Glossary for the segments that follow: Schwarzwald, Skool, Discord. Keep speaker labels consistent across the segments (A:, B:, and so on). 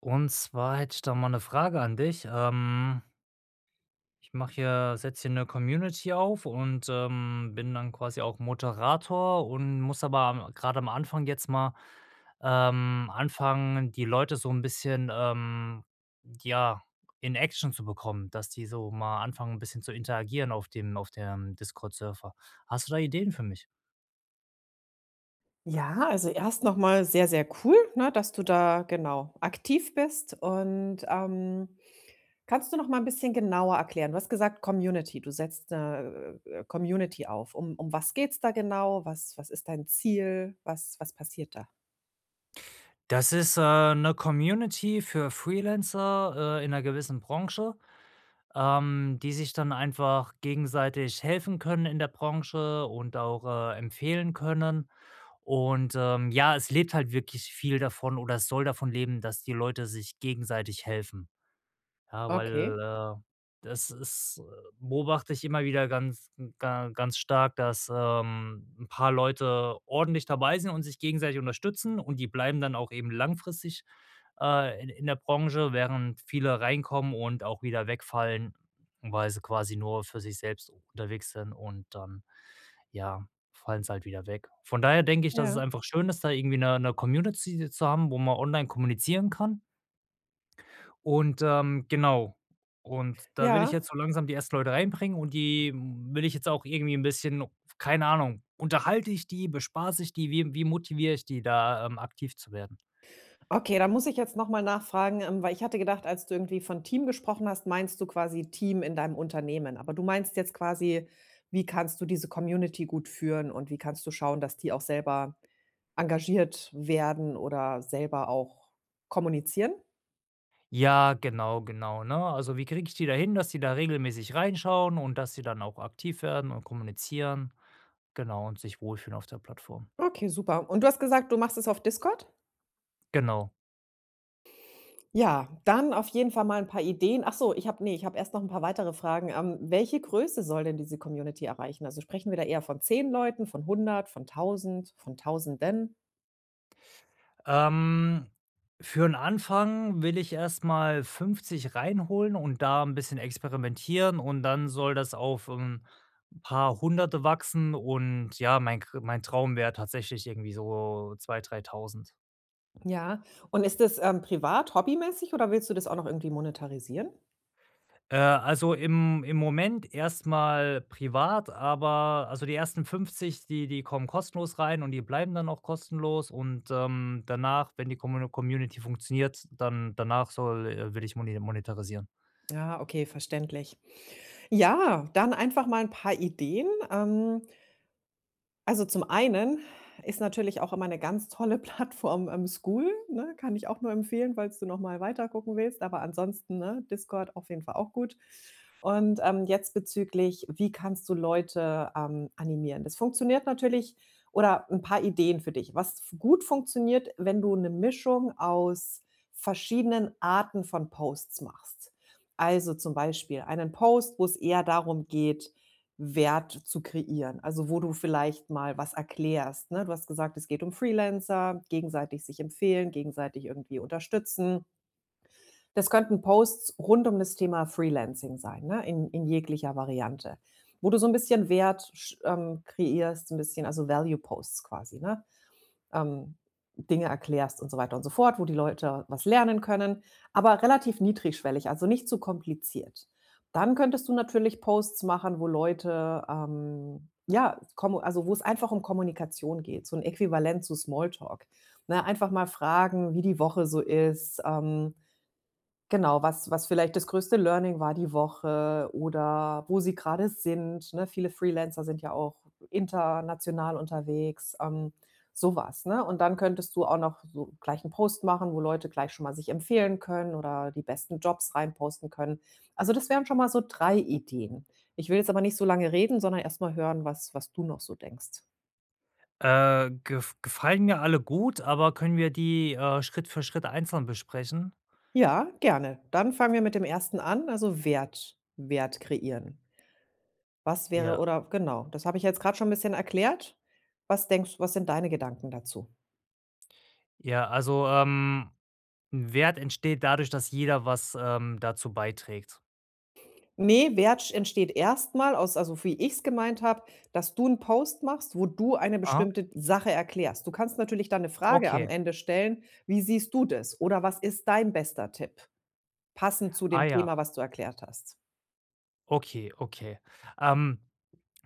A: Und zwar hätte ich da mal eine Frage an dich. Ich mache hier setze hier eine Community auf und, bin dann quasi auch Moderator und muss aber am grade am Anfang jetzt mal, anfangen, die Leute so ein bisschen, ja, in Action zu bekommen, dass die so mal anfangen, ein bisschen zu interagieren auf dem Discord-Server. Hast du da Ideen für mich?
B: Ja, also erst noch mal sehr, sehr cool, ne, dass du da genau aktiv bist und, kannst du noch mal ein bisschen genauer erklären? Du hast gesagt Community, du setzt 'ne, Community auf. Um was geht's da genau? Was ist dein Ziel? Was passiert da?
A: Das ist, 'ne Community für Freelancer, in einer gewissen Branche. Die sich dann einfach gegenseitig helfen können in der Branche und auch, empfehlen können. Und, ja, es lebt halt wirklich viel davon oder es soll davon leben, dass die Leute sich gegenseitig helfen. Ja, weil,
B: Okay.
A: äh, das ist beobachte ich immer wieder ganz stark, dass, 'n paar Leute ordentlich dabei sind und sich gegenseitig unterstützen und die bleiben dann auch eben langfristig, in der Branche, während viele reinkommen und auch wieder wegfallen, weil sie quasi nur für sich selbst unterwegs sind und dann, ja, fallen sie halt wieder weg. Von daher denke ich, dass es
B: Ja.
A: einfach schön ist, da irgendwie eine 'ne Community zu haben, wo man online kommunizieren kann. Und, genau. Und da will ich
B: Ja.
A: jetzt so langsam die ersten Leute reinbringen und die will ich jetzt auch irgendwie ein bisschen keine Ahnung, unterhalte ich die, bespaße ich die, wie motiviere ich die da, aktiv zu werden?
B: Okay, da muss ich jetzt noch mal nachfragen, weil ich hatte gedacht, als du irgendwie von Team gesprochen hast, meinst du quasi Team in deinem Unternehmen. Aber du meinst jetzt quasi, wie kannst du diese Community gut führen und wie kannst du schauen, dass die auch selber engagiert werden oder selber auch kommunizieren?
A: Ja, genau, genau, ne? Also, wie kriege ich die dahin, dass die da regelmäßig reinschauen und dass sie dann auch aktiv werden und kommunizieren, genau, und sich wohlfühlen auf der Plattform.
B: Okay, super. Und du hast gesagt, du machst es auf Discord?
A: Genau.
B: Ja, dann auf jeden Fall mal ein paar Ideen. Ach so, ich habe nee, ich habe erst noch ein paar weitere Fragen. Welche Größe soll denn diese Community erreichen? Also, sprechen wir da eher von 10 Leuten, von 100, von 1.000, von Tausenden?
A: Ähm, für einen Anfang will ich erst mal 50 reinholen und da ein bisschen experimentieren und dann soll das auf, ein paar Hunderte wachsen und ja, mein Traum wäre tatsächlich irgendwie so 2.000, 3.000.
B: Ja. Und ist das, privat, hobbymäßig oder willst du das auch noch irgendwie monetarisieren?
A: Also im Moment erst mal privat, aber also die ersten 50 die kommen kostenlos rein und die bleiben dann auch kostenlos und, danach, wenn die Community funktioniert, dann danach soll will ich moni monetarisieren.
B: Ja, okay, verständlich. Ja, dann einfach mal ein paar Ideen. Also, zum einen ist natürlich auch immer eine ganz tolle Plattform, Skool, ne? Kann ich auch nur empfehlen, falls du noch mal weiter gucken willst, aber ansonsten, ne, Discord auf jeden Fall auch gut. Und, jetzt bezüglich, wie kannst du Leute, animieren? Das funktioniert natürlich oder ein paar Ideen für dich. Was f Gut funktioniert, wenn du eine Mischung aus verschiedenen Arten von Posts machst. Also, zum Beispiel einen Post, wo es eher darum geht, Wert zu kreieren, also wo du vielleicht mal was erklärst, ne? Du hast gesagt, es geht um Freelancer, gegenseitig sich empfehlen, gegenseitig irgendwie unterstützen. Das könnten Posts rund um das Thema Freelancing sein, ne, in jeglicher Variante, wo du so ein bisschen Wert sch kreierst, so ein bisschen also Value Posts quasi, ne? ähm, Dinge erklärst und so weiter und so fort, wo die Leute was lernen können, aber relativ niedrigschwellig, also nicht zu kompliziert. Dann könntest du natürlich Posts machen, wo Leute, ja, kommu also wo es einfach um Kommunikation geht, so ein Äquivalent zu Smalltalk, ne? Einfach mal fragen, wie die Woche so ist, genau, was vielleicht das größte Learning war die Woche oder wo sie gerade sind, ne? Viele Freelancer sind ja auch international unterwegs, so, ne? Und dann könntest du auch noch so gleich 'n Post machen, wo Leute gleich schon mal sich empfehlen können oder die besten Jobs rein posten können. Also, das wären schon mal so 3 Ideen. Ich will jetzt aber nicht so lange reden, sondern erst mal hören, was du noch so denkst.
A: Gefallen mir alle gut, aber können wir die, Schritt für Schritt einzeln besprechen?
B: Ja, gerne. Dann fangen wir mit dem ersten an, also Wert kreieren. Was wäre
A: Ja.
B: oder genau, das habe ich jetzt gerade schon ein bisschen erklärt. Was sind deine Gedanken dazu?
A: Ja, also, 'n Wert entsteht dadurch, dass jeder was, dazu beiträgt.
B: Ne, Wert entsteht erst mal aus, also, wie ich's gemeint habe, dass du 'n Post machst, wo du eine
A: Aha,
B: bestimmte Sache erklärst. Du kannst natürlich dann 'ne Frage am
A: okay.
B: Ende stellen: „Wie siehst du das?“ oder „Was ist dein bester Tipp?“ passend zu
A: Ah
B: dem
A: ja,
B: Thema, was du erklärt hast.
A: okay, okay. Ähm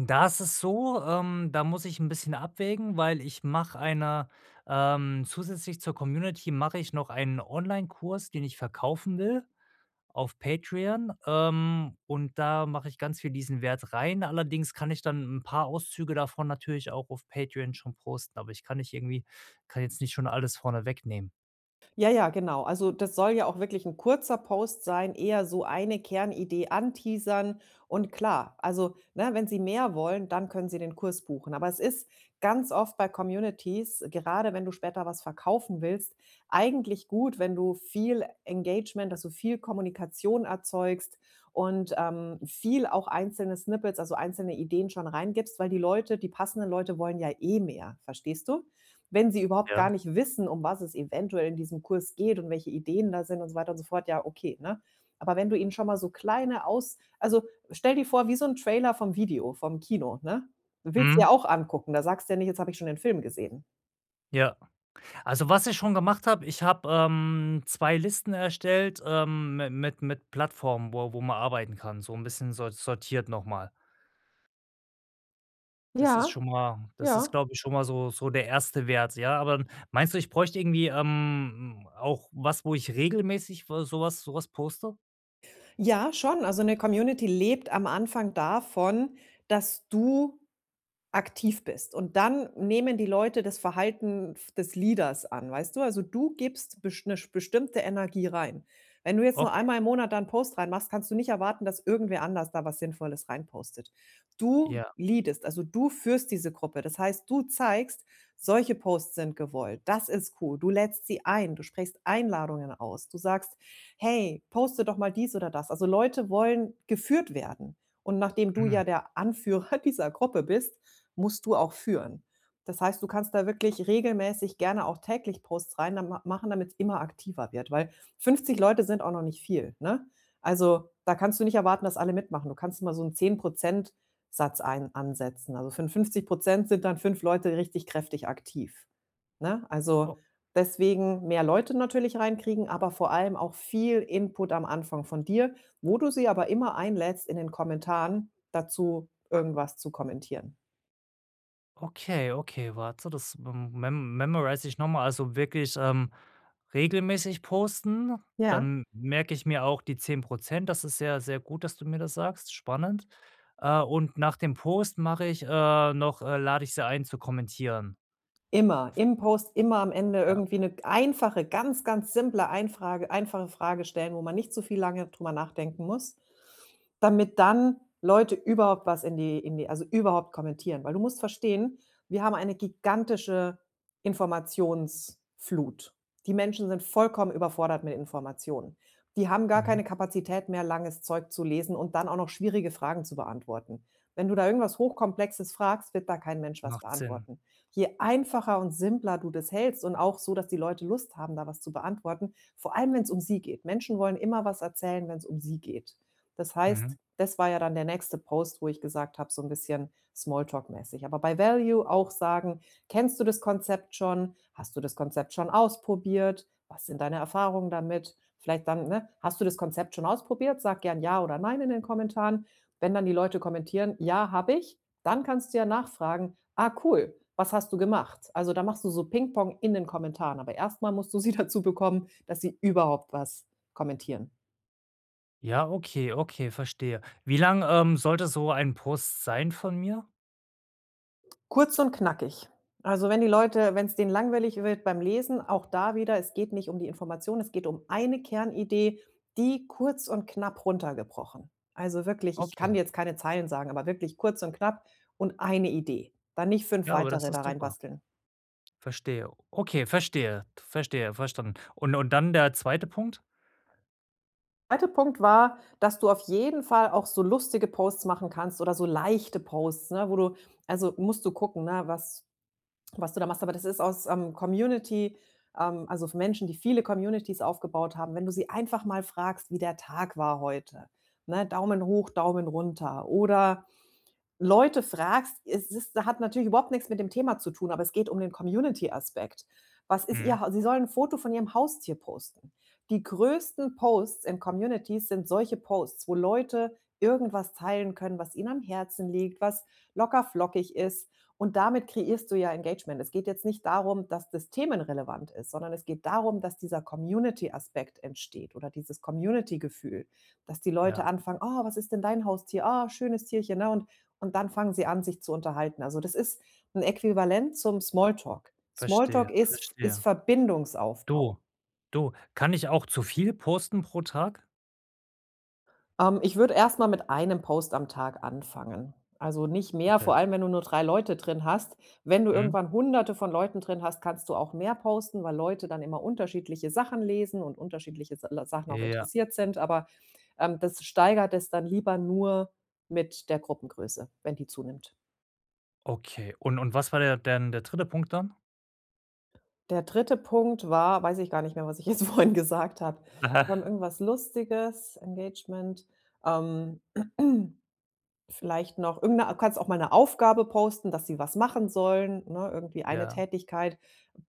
A: Da ist es so, da muss ich ein bisschen abwägen, weil ich mache eine zusätzlich zur Community mache ich noch einen Onlinekurs, den ich verkaufen will auf Patreon, und da mache ich ganz viel diesen Wert rein. Allerdings kann ich dann ein paar Auszüge davon natürlich auch auf Patreon schon posten, aber ich kann nicht irgendwie kann jetzt nicht schon alles vorne wegnehmen.
B: Ja, ja, genau. Also, das soll ja auch wirklich ein kurzer Post sein, eher so eine Kernidee anteasern und klar, also, ne, wenn Sie mehr wollen, dann können Sie den Kurs buchen. Aber es ist ganz oft bei Communities, gerade wenn du später was verkaufen willst, eigentlich gut, wenn du viel Engagement, dass du viel Kommunikation erzeugst und, viel auch einzelne Snippets, also, einzelne Ideen schon reingibst, weil die Leute die passenden Leute wollen ja eh mehr, verstehst du? Wenn sie überhaupt gar
A: Ja.
B: nicht wissen, um was es eventuell in diesem Kurs geht und welche Ideen da sind und so weiter und so fort, ja, okay, ne? Aber wenn du ihnen schon mal so kleine aus also, stell dir vor, wie so 'n Trailer vom Video, vom Kino, ne? Willst ja
A: Mhm.
B: auch angucken. Da sagst du ja nicht: „Jetzt habe ich schon den Film gesehen.“
A: Ja. Also, was ich schon gemacht habe, ich habe, 2 Listen erstellt, mi mit Plattformen, wo man arbeiten kann, so ein bisschen sortiert nochmal. Das ist
B: Ja,
A: schon mal das ist,
B: ja.
A: glaube ich, schon mal so der erste Wert, ja. Aber meinst du, ich bräuchte irgendwie, auch was, wo ich regelmäßig w sowas was so poste?
B: Ja, schon. Also, 'ne Community lebt am Anfang davon, dass du aktiv bist. Und dann nehmen die Leute das Verhalten f des Leaders an, weißt du? Also, du gibst best- eine 'ne bestimmte Energie rein. Wenn du jetzt nur
A: Okay,
B: einmal im Monat da 'n Post reinmachst, kannst du nicht erwarten, dass irgendwer anders da was Sinnvolles reinpostet. Du
A: ja,
B: leadest, also, du führst diese Gruppe. Das heißt, du zeigst: „Solche Posts sind gewollt. Das ist cool.“ Du lädst sie ein, du sprichst Einladungen aus. Du sagst: „Hey, poste doch mal dies oder das.“ Also, Leute wollen geführt werden. Und nachdem du
A: mhm.
B: ja der Anführer dieser Gruppe bist, musst du auch führen. Das heißt, du kannst da wirklich regelmäßig, gerne auch täglich Posts rein da ma machen, damit's immer aktiver wird, weil 50 Leute sind auch noch nicht viel, ne? Also, da kannst du nicht erwarten, dass alle mitmachen. Du kannst mal so einen 10 Prozent Satz ein ansetzen. Also, für 50% sind dann 5 Leute richtig kräftig aktiv, ne? Also, deswegen mehr Leute natürlich reinkriegen, aber vor allem auch viel Input am Anfang von dir, wo du sie aber immer einlädst, in den Kommentaren dazu irgendwas zu kommentieren.
A: Okay, okay, warte, das memorize ich nochmal. Also wirklich, regelmäßig posten,
B: Ja,
A: dann merke ich mir auch die 10%. Das ist sehr, sehr gut, dass du mir das sagst. Spannend. Und nach dem Post mache ich, noch lade ich sie ein zu kommentieren.
B: immer. Im Post immer am Ende
A: Ja,
B: irgendwie 'ne einfache, ganz, ganz simple Einfrage einfache Frage stellen, wo man nicht so viel lange drüber nachdenken muss, damit dann Leute überhaupt was in die also, überhaupt kommentieren. Weil du musst verstehen, wir haben eine gigantische Informationsflut. Die Menschen sind vollkommen überfordert mit Informationen. Die haben gar
A: mhm,
B: keine Kapazität mehr, langes Zeug zu lesen und dann auch noch schwierige Fragen zu beantworten. Wenn du da irgendwas Hochkomplexes fragst, wird da kein Mensch was
A: macht Sinn.
B: beantworten. Je einfacher und simpler du das hältst und auch so, dass die Leute Lust haben, da was zu beantworten, vor allem wenn es um sie geht. Menschen wollen immer was erzählen, wenn es um sie geht. Das
A: Mhm.
B: heißt, das war ja dann der nächste Post, wo ich gesagt habe, so ein bisschen Smalltalk-mäßig. Aber bei Value auch sagen: „Kennst du das Konzept schon? Hast du das Konzept schon ausprobiert? Was sind deine Erfahrungen damit?“ Vielleicht dann, ne: „Hast du das Konzept schon ausprobiert? Sag gern ja oder nein in den Kommentaren.“ Wenn dann die Leute kommentieren: „Ja, habe ich“, dann kannst du ja nachfragen: Ah, cool. Was hast du gemacht? Also, da machst du so Pingpong in den Kommentaren, aber erstmal musst du sie dazu bekommen, dass sie überhaupt was kommentieren.
A: Ja, okay, okay, verstehe. Wie lang, sollte so ein Post sein von mir?
B: Kurz und knackig. Also, wenn die Leute wenn es denen langweilig wird beim Lesen, auch da wieder, es geht nicht um die Information, es geht um eine Kernidee, die kurz und knapp runtergebrochen. Also, wirklich, ich kann
A: Okay.
B: dir jetzt keine Zeilen sagen, aber wirklich kurz und knapp und eine Idee. Dann nicht 5
A: Ja, aber das
B: weitere da
A: ist super.
B: reinbasteln.
A: Verstehe. Okay, verstehe, verstehe, verstanden. Und dann der zweite Punkt?
B: Zweite Punkt war, dass du auf jeden Fall auch so lustige Posts machen kannst oder so leichte Posts, ne, wo du also, musst du gucken, ne, was du da machst. Aber das ist aus, Community, also für Menschen, die viele Communities aufgebaut haben. Wenn du sie einfach mal fragst, wie der Tag war heute, ne? Daumen hoch, Daumen runter oder Leute fragst, es ist hat natürlich überhaupt nichts mit dem Thema zu tun, aber es geht um den Community-Aspekt. Was ist ihr
A: Mhm.
B: Hau Sie sollen ein Foto von ihrem Haustier posten. Die größten Posts in Communities sind solche Posts, wo Leute irgendwas teilen können, was ihnen am Herzen liegt, was locker flockig ist. Und damit kreierst du ja Engagement. Es geht jetzt nicht darum, dass das themenrelevant ist, sondern es geht darum, dass dieser Community-Aspekt entsteht oder dieses Community-Gefühl, dass die Leute
A: Ja,
B: anfangen: „Oh, was ist denn dein Haustier? Ah, schönes Tierchen, na und?“ Und dann fangen sie an, sich zu unterhalten. Also, das ist ein Äquivalent zum Smalltalk.
A: verstehe,
B: Smalltalk ist F ist
A: verstehe. Du,
B: Verbindungsaufbau.
A: du, kann ich auch zu viel posten pro Tag?
B: Ich würde erst mal mit einem Post am Tag anfangen. Also, nicht mehr,
A: Okay.
B: vor allem, wenn du nur 3 Leute drin hast. Wenn du
A: Mhm.
B: irgendwann Hunderte von Leuten drin hast, kannst du auch mehr posten, weil Leute dann immer unterschiedliche Sachen lesen und unterschiedliche Sa Sachen auch
A: Ja,
B: interessiert sind, aber, das steigert es dann lieber nur mit der Gruppengröße, wenn die zunimmt.
A: okay. Und was war der denn der dritte Punkt dann?
B: Der dritte Punkt war, weiß ich gar nicht mehr, was ich jetzt vorhin gesagt habe. Irgendwas Lustiges, Engagement, ähm, vielleicht noch irgend 'ne, kannst auch mal eine Aufgabe posten, dass sie was machen sollen, ne? Irgendwie eine
A: Ja,
B: Tätigkeit,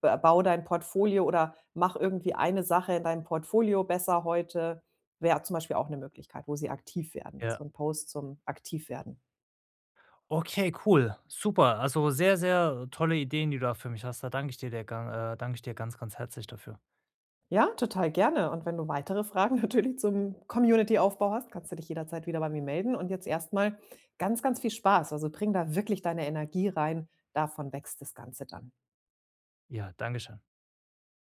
B: b baue dein Portfolio oder mach irgendwie eine Sache in deinem Portfolio besser heute, wäre zum Beispiel auch eine Möglichkeit, wo sie aktiv werden, also
A: ja.
B: ein Post zum Aktivwerden.
A: Okay, cool. Super. Also, sehr, sehr tolle Ideen, die du da für mich hast. Da danke ich dir der gan Danke ich dir ganz, ganz herzlich dafür.
B: Ja, total gerne. Und wenn du weitere Fragen natürlich zum Community-Aufbau hast, kannst du dich jederzeit wieder bei mir melden. Und jetzt erstmal ganz, ganz viel Spaß. Also bring da wirklich deine Energie rein. Davon wächst das Ganze dann.
A: Ja, danke schön.